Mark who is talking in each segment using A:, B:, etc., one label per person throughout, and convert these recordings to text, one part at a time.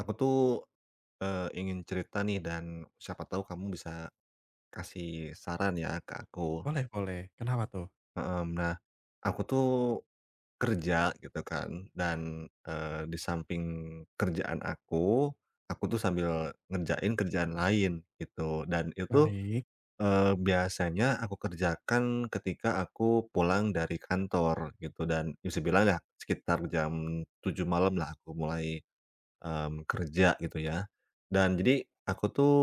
A: Aku tuh, ingin cerita nih dan siapa tahu kamu bisa kasih saran ya ke aku.
B: Boleh boleh. Kenapa tuh?
A: Heeh. Nah, aku tuh kerja gitu kan dan, di samping kerjaan aku tuh sambil ngerjain kerjaan lain gitu dan itu,
B: Baik
A: biasanya aku kerjakan ketika aku pulang dari kantor gitu dan bisa bilang ya sekitar jam 7 malam lah aku mulai kerja gitu ya. Dan jadi aku tuh,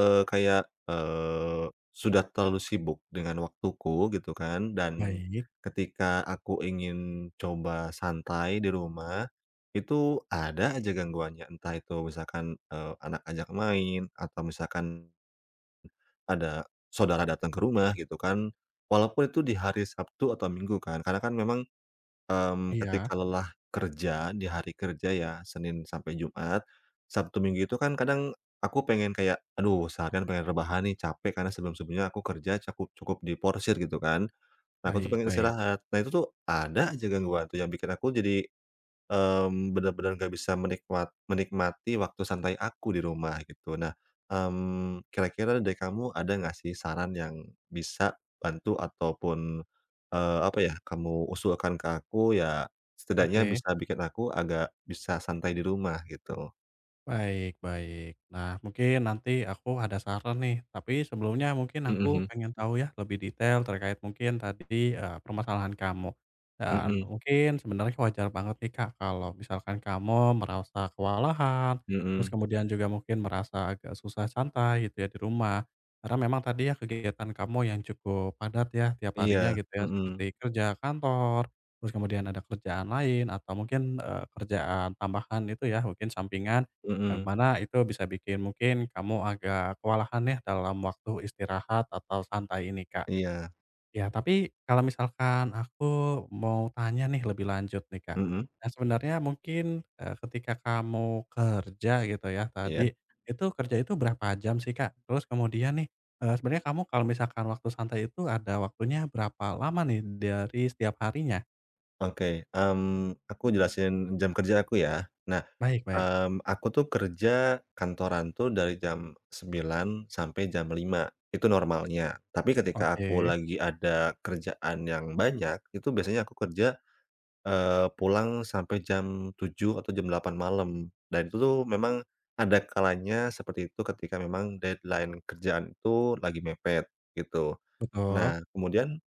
A: kayak, sudah terlalu sibuk dengan waktuku gitu kan, dan
B: baik.
A: ketika aku ingin coba santai di rumah, itu ada aja gangguannya. Entah itu misalkan, anak ajak main atau misalkan ada saudara datang ke rumah gitu kan, walaupun itu di hari Sabtu atau Minggu kan. Karena kan memang
B: Iya.
A: ketika lelah kerja di hari kerja ya, Senin sampai Jumat, Sabtu Minggu itu kan kadang aku pengen kayak, aduh seharian pengen rebahan nih capek karena sebelum-sebelumnya aku kerja cukup diporsir gitu kan. Nah, aku tuh
B: Baik
A: pengen
B: baik.
A: istirahat. Nah itu tuh ada aja gangguan tuh yang bikin aku jadi bener nggak bisa menikmati waktu santai aku di rumah gitu. Nah, kira-kira dari kamu ada nggak sih saran yang bisa bantu ataupun, apa ya, kamu usulkan ke aku ya setidaknya
B: Oke.
A: bisa bikin aku agak bisa santai di rumah gitu?
B: Baik baik. Nah, mungkin nanti aku ada saran nih, tapi sebelumnya mungkin
A: Mhm,
B: aku
A: mhm,
B: pengen tahu ya lebih detail terkait mungkin tadi, permasalahan kamu. Dan
A: mhm,
B: mungkin sebenarnya wajar banget nih, Kak, kalau misalkan kamu merasa kewalahan, terus
A: mhm,
B: kemudian juga mungkin merasa agak susah santai gitu ya di rumah. Karena memang tadi ya kegiatan kamu yang cukup padat ya tiap harinya
A: iya,
B: gitu ya, seperti
A: mhm,
B: kerja kantor, terus kemudian ada kerjaan lain atau mungkin, kerjaan tambahan itu ya, mungkin sampingan yang
A: mhm,
B: mana itu bisa bikin mungkin kamu agak kewalahan ya dalam waktu istirahat atau santai ini, Kak.
A: iya,
B: Ya, tapi kalau misalkan aku mau tanya nih lebih lanjut nih, Kak.
A: mhm,
B: Nah, sebenarnya mungkin, ketika kamu kerja gitu ya
A: iya.
B: tadi, itu kerja itu berapa jam sih, Kak? Terus kemudian nih, sebenarnya kamu kalau misalkan waktu santai itu ada waktunya berapa lama nih dari setiap harinya?
A: Oke, aku jelasin jam kerja aku ya. Nah,
B: Baik baik.
A: aku tuh kerja kantoran tuh dari jam 9 sampai jam 5 itu normalnya. Tapi ketika aku
B: Oke.
A: lagi ada kerjaan yang banyak, itu biasanya aku kerja, pulang sampai jam 7 atau jam 8 malam. Dan itu tuh memang ada kalanya seperti itu ketika memang deadline kerjaan itu lagi mepet, gitu.
B: Betul.
A: Nah, kemudian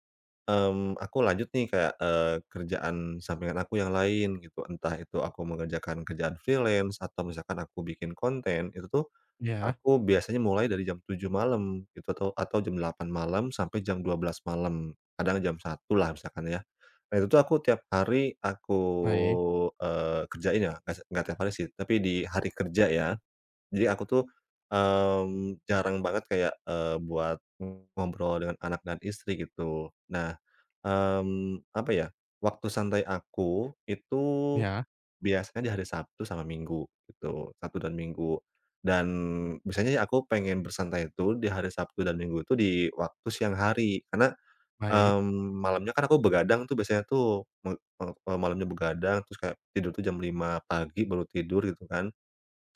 A: Aku lanjut nih kayak, kerjaan sampingan aku yang lain gitu, entah itu aku mengerjakan kerjaan freelance atau misalkan aku bikin konten, itu tuh
B: Ya.
A: aku biasanya mulai dari jam 7 malam gitu atau jam 8 malam sampai jam 12 malam, kadang jam 1 lah misalkan ya. Nah itu tuh aku tiap hari aku,
B: Baik.
A: kerjain ya, nggak tiap hari sih, tapi di hari kerja ya. Jadi aku tuh, jarang banget kayak, buat ngobrol dengan anak dan istri gitu. Nah, apa ya, waktu santai aku itu
B: Ya.
A: biasanya di hari Sabtu sama Minggu gitu, Sabtu dan Minggu. Dan biasanya aku pengen bersantai itu di hari Sabtu dan Minggu itu di waktu siang hari karena,
B: Baik.
A: malamnya kan aku begadang tuh biasanya tuh me eee malamnya begadang terus kayak tidur tuh jam 5 pagi baru tidur gitu kan.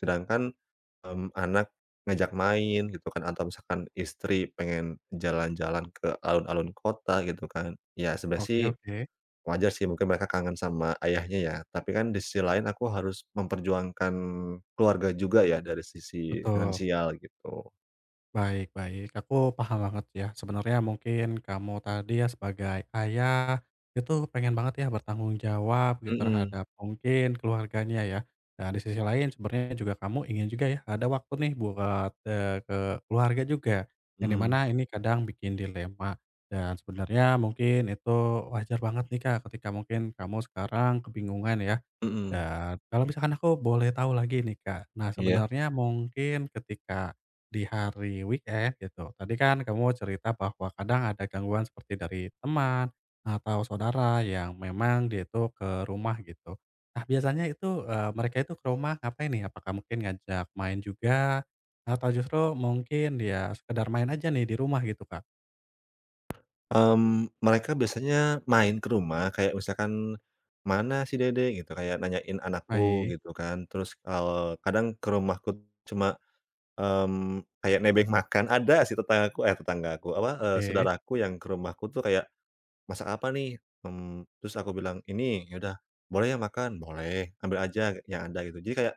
A: Sedangkan, anak ngajak main gitu kan atau misalkan istri pengen jalan-jalan ke alun-alun kota gitu kan, ya sebenarnya sih
B: Oke oke.
A: wajar sih mungkin mereka kangen sama ayahnya ya, tapi kan di sisi lain aku harus memperjuangkan keluarga juga ya dari sisi
B: Betul.
A: finansial gitu.
B: Baik baik, aku paham banget ya. Sebenarnya mungkin kamu tadi ya sebagai ayah, itu pengen banget ya bertanggung jawab gitu
A: Mhm,
B: terhadap mungkin keluarganya ya. Dan di sisi lain sebenarnya juga kamu ingin juga ya ada waktu nih buat, ke keluarga juga. Yang dimana
A: mhm,
B: ini kadang bikin dilema dan sebenarnya mungkin itu wajar banget nih Kak, ketika mungkin kamu sekarang kebingungan ya
A: mhm.
B: dan kalau misalkan aku boleh tahu lagi nih, Kak. Nah,
A: Iya,
B: sebenarnya mungkin ketika di hari weekend gitu, tadi kan kamu cerita bahwa kadang ada gangguan seperti dari teman atau saudara yang memang dia itu ke rumah gitu. Nah, biasanya itu, mereka itu ke rumah ngapain nih? Apakah mungkin ngajak main juga atau justru mungkin dia sekedar main aja nih di rumah gitu, Kak?
A: mereka biasanya main ke rumah kayak misalkan, "Mana si Dede?" Gitu, kayak nanyain anakku
B: Baik,
A: gitu kan, terus, kadang ke rumahku cuma kayak nebeng makan, ada sih tetanggaku eh tetanggaku apa,
B: oke,
A: saudaraku yang ke rumahku tuh kayak, "Masak apa nih?" Terus aku bilang, "Ini." "Ya udah, boleh ya makan?" "Boleh, ambil aja yang ada," gitu. Jadi kayak,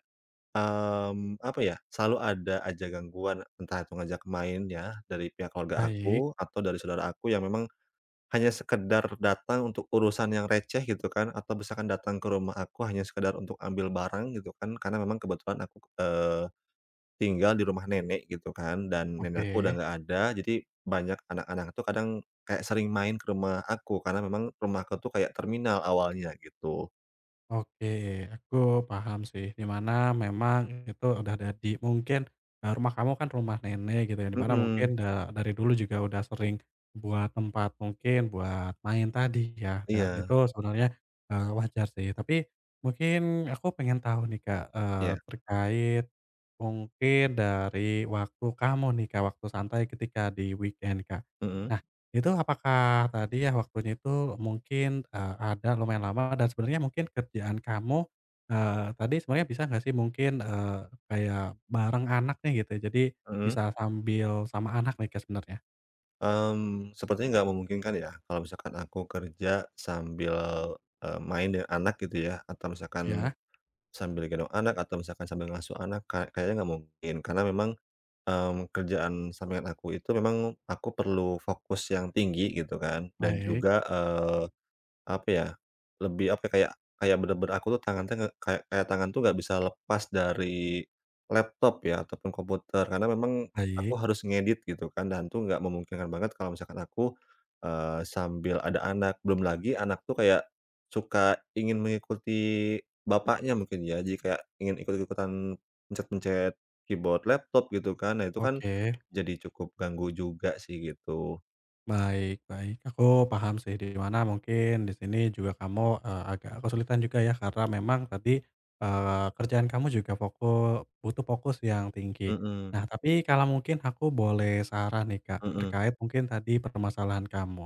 A: apa ya, selalu ada aja gangguan, entah itu ngajak main ya dari pihak keluarga
B: baik,
A: aku atau dari saudara aku yang memang hanya sekedar datang untuk urusan yang receh gitu kan, atau misalkan datang ke rumah aku hanya sekedar untuk ambil barang gitu kan, karena memang kebetulan aku, tinggal di rumah nenek gitu kan, dan nenekku udah
B: oke.
A: nggak ada, jadi banyak anak-anak tuh kadang kayak sering main ke rumah aku, karena memang rumahku tuh kayak terminal awalnya gitu.
B: Oke, aku paham sih, di mana memang itu udah jadi mungkin, rumah kamu kan rumah nenek gitu ya, di mana mungkin
A: Mhm,
B: da dari dulu juga udah sering buat tempat mungkin buat main tadi ya, dan
A: iya,
B: itu sebenarnya, wajar sih. Tapi mungkin aku pengen tahu nih, Kak,
A: iya,
B: terkait mungkin dari waktu kamu nih, Kak, waktu santai ketika di weekend, Kak.
A: mhm,
B: Itu apakah tadi ya waktunya itu mungkin, ada lumayan lama dan sebenarnya mungkin kerjaan kamu, tadi sebenarnya bisa nggak sih mungkin, kayak bareng anaknya nih gitu, ya? Jadi
A: mhm,
B: bisa sambil sama anak nih Kak sebenarnya?
A: sepertinya nggak memungkinkan ya kalau misalkan aku kerja sambil, main dengan anak gitu ya, atau misalkan
B: Ya,
A: sambil gendong anak, atau misalkan sambil ngasuh anak, kayaknya nggak mungkin, karena memang kerjaan sampingan aku itu memang aku perlu fokus yang tinggi gitu kan dan
B: baik
A: juga, apa ya, lebih apa, ya, kayak kayak bener-bener aku tuh tangan tuh nge kayak kayak tangan tuh nggak bisa lepas dari laptop ya, ataupun komputer. Karena memang aku
B: baik,
A: harus ngedit gitu kan, dan tuh nggak memungkinkan banget kalau misalkan aku, sambil ada anak. Belum lagi anak tuh kayak suka ingin mengikuti bapaknya mungkin ya, jadi kayak ingin ikut-ikutan pencet-pencet keyboard laptop gitu kan. Nah itu kan
B: oke.
A: jadi cukup ganggu juga sih gitu.
B: Baik baik, aku paham sih di mana mungkin di sini juga kamu, agak kesulitan juga ya karena memang tadi, kerjaan kamu juga fokus butuh fokus yang tinggi.
A: Mhm,
B: Nah tapi kalau mungkin aku boleh saran nih Kak,
A: mhm,
B: terkait mungkin tadi permasalahan kamu.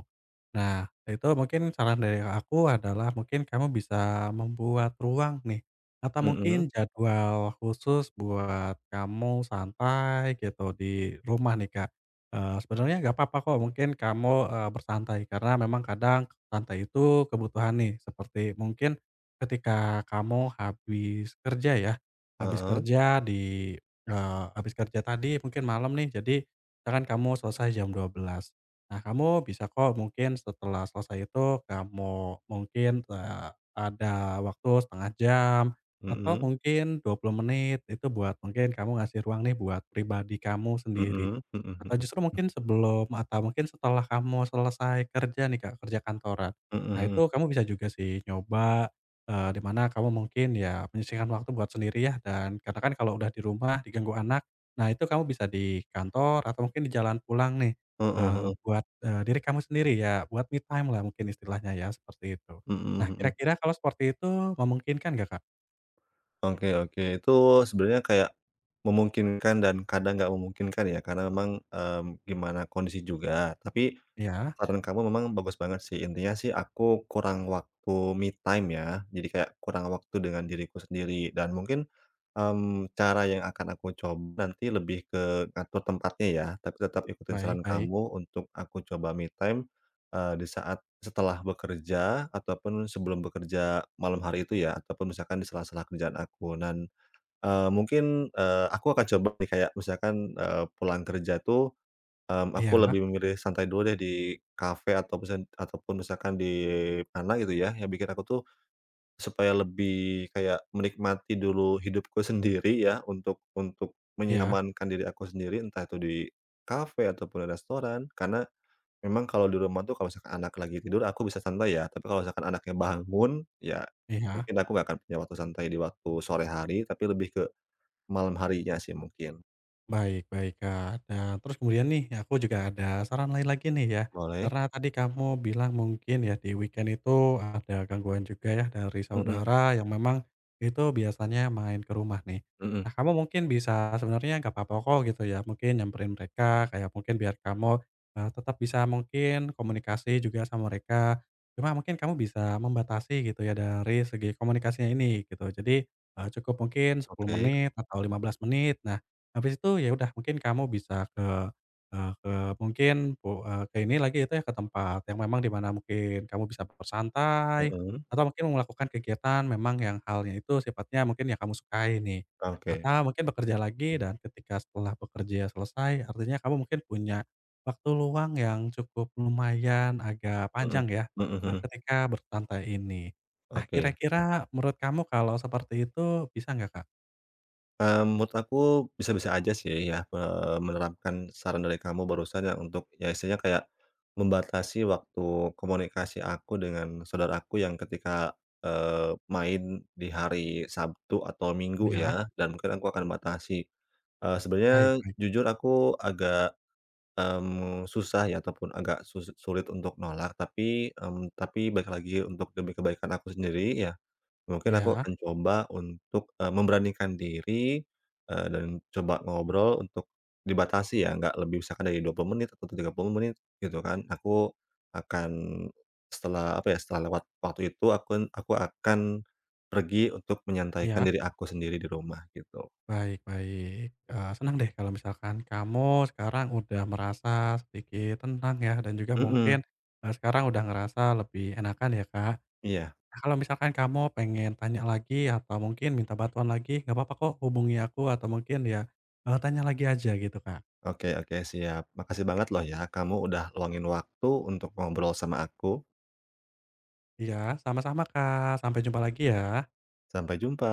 B: Nah, itu mungkin saran dari aku adalah mungkin kamu bisa membuat ruang nih, atau
A: mhm,
B: mungkin jadwal khusus buat kamu santai gitu di rumah nih, Kak. Sebenarnya nggak apa-apa kok mungkin kamu, bersantai karena memang kadang santai itu kebutuhan nih, seperti mungkin ketika kamu habis kerja ya, habis
A: heeh,
B: kerja di habis kerja tadi mungkin malam nih, jadi misalkan kamu selesai jam 12. Nah, kamu bisa kok mungkin setelah selesai itu kamu mungkin, ada waktu setengah jam atau
A: mhm.
B: mungkin 20 menit itu buat mungkin kamu ngasih ruang nih buat pribadi kamu sendiri.
A: Mhm, mhm,
B: Atau
A: mhm,
B: justru mungkin sebelum atau mungkin setelah kamu selesai kerja nih, Kak, kerja kantoran. Nah,
A: mhm,
B: itu kamu bisa juga sih nyoba, di mana kamu mungkin ya menyisihkan waktu buat sendiri ya dan karena kan kalau udah di rumah diganggu anak, nah itu kamu bisa di kantor atau mungkin di jalan pulang nih.
A: mhm,
B: Buat, diri kamu sendiri ya, buat me time-lah mungkin istilahnya ya, seperti itu.
A: mhm,
B: Nah,
A: mhm, mhm.
B: kira-kira kalau seperti itu memungkinkan nggak, Kak?
A: Oke, oke, itu sebenarnya kayak memungkinkan dan kadang nggak memungkinkan ya, karena memang, gimana kondisi juga. Tapi
B: Iya,
A: saran kamu memang bagus banget sih, intinya sih aku kurang waktu me time ya, jadi kayak kurang waktu dengan diriku sendiri dan mungkin cara yang akan aku coba nanti lebih ke ngatur tempatnya ya, tapi tetap ikutin
B: baik
A: saran
B: baik.
A: kamu untuk aku coba me time, di saat setelah bekerja ataupun sebelum bekerja malam hari itu ya, ataupun misalkan di sela-sela kerjaan aku. Dan, mungkin, aku akan coba nih kayak misalkan, pulang kerja tuh, aku
B: Iya
A: lebih memilih santai dulu deh di kafe atau misalkan ataupun misalkan di mana gitu ya, yang bikin aku tuh supaya lebih kayak menikmati dulu hidupku sendiri ya, untuk
B: iya
A: menyamankan diri aku sendiri, entah itu di kafe ataupun restoran. Karena memang kalau di rumah tuh kalau misalkan anak lagi tidur aku bisa santai ya, tapi kalau misalkan anaknya bangun, ya
B: iya.
A: mungkin aku nggak akan punya waktu santai di waktu sore hari, tapi lebih ke malam harinya sih mungkin.
B: Baik baik, Kak. Nah, terus kemudian nih aku juga ada saran lain lagi nih ya.
A: Boleh,
B: Karena tadi kamu bilang mungkin ya di weekend itu ada gangguan juga ya dari
A: mhm,
B: saudara yang memang itu biasanya main ke rumah nih.
A: mhm,
B: Nah, kamu mungkin bisa sebenarnya nggak apa-apa kok gitu ya, mungkin nyamperin mereka kayak mungkin biar kamu, tetap bisa mungkin komunikasi juga sama mereka. Cuma mungkin kamu bisa membatasi gitu ya dari segi komunikasinya ini gitu. Jadi, cukup mungkin sepuluh
A: oke,
B: menit atau 15 menit. Nah. Habis itu ya udah mungkin kamu bisa ke, ke mungkin pu ke ini lagi itu ya, ke tempat yang memang di mana mungkin kamu bisa bersantai
A: mhm,
B: atau mungkin melakukan kegiatan memang yang halnya itu sifatnya mungkin yang kamu sukai nih.
A: oke,
B: Atau mungkin bekerja lagi dan ketika setelah bekerja selesai, artinya kamu mungkin punya waktu luang yang cukup lumayan agak
A: mhm,
B: panjang ya,
A: mhm, mhm,
B: ketika bersantai ini. Nah,
A: oke.
B: kira-kira menurut kamu kalau seperti itu bisa nggak, Kak?
A: Menurut aku bisa-bisa aja sih ya, menerapkan saran dari kamu barusan ya untuk ya istilahnya kayak membatasi waktu komunikasi aku dengan saudara aku yang ketika, main di hari Sabtu atau Minggu
B: Ya,
A: ya, dan mungkin aku akan batasi.
B: baik
A: Sebenarnya
B: baik,
A: jujur aku agak, susah ya ataupun agak sulit untuk nolak tapi, balik lagi untuk demi kebaikan aku sendiri ya. Mungkin aku
B: ya.
A: akan coba untuk, memberanikan diri, dan coba ngobrol untuk dibatasi ya, nggak lebih misalkan dari 20 menit atau 30 menit gitu kan. Aku akan, setelah apa ya, setelah lewat waktu itu, aku akan pergi untuk menyantaikan
B: Iya,
A: diri aku sendiri di rumah gitu.
B: baik baik. Senang deh kalau misalkan kamu sekarang udah merasa sedikit tenang ya, dan juga mungkin,
A: Mhm,
B: sekarang udah ngerasa lebih enakan ya, Kak.
A: iya.
B: Nah, kalau misalkan kamu pengen tanya lagi atau mungkin minta bantuan lagi, nggak apa-apa kok hubungi aku atau mungkin ya, tanya lagi aja gitu, Kak.
A: Oke, oke, siap. Makasih banget loh ya kamu udah luangin waktu untuk ngobrol sama aku.
B: Iya, sama-sama, Kak. Sampai jumpa lagi ya.
A: Sampai jumpa.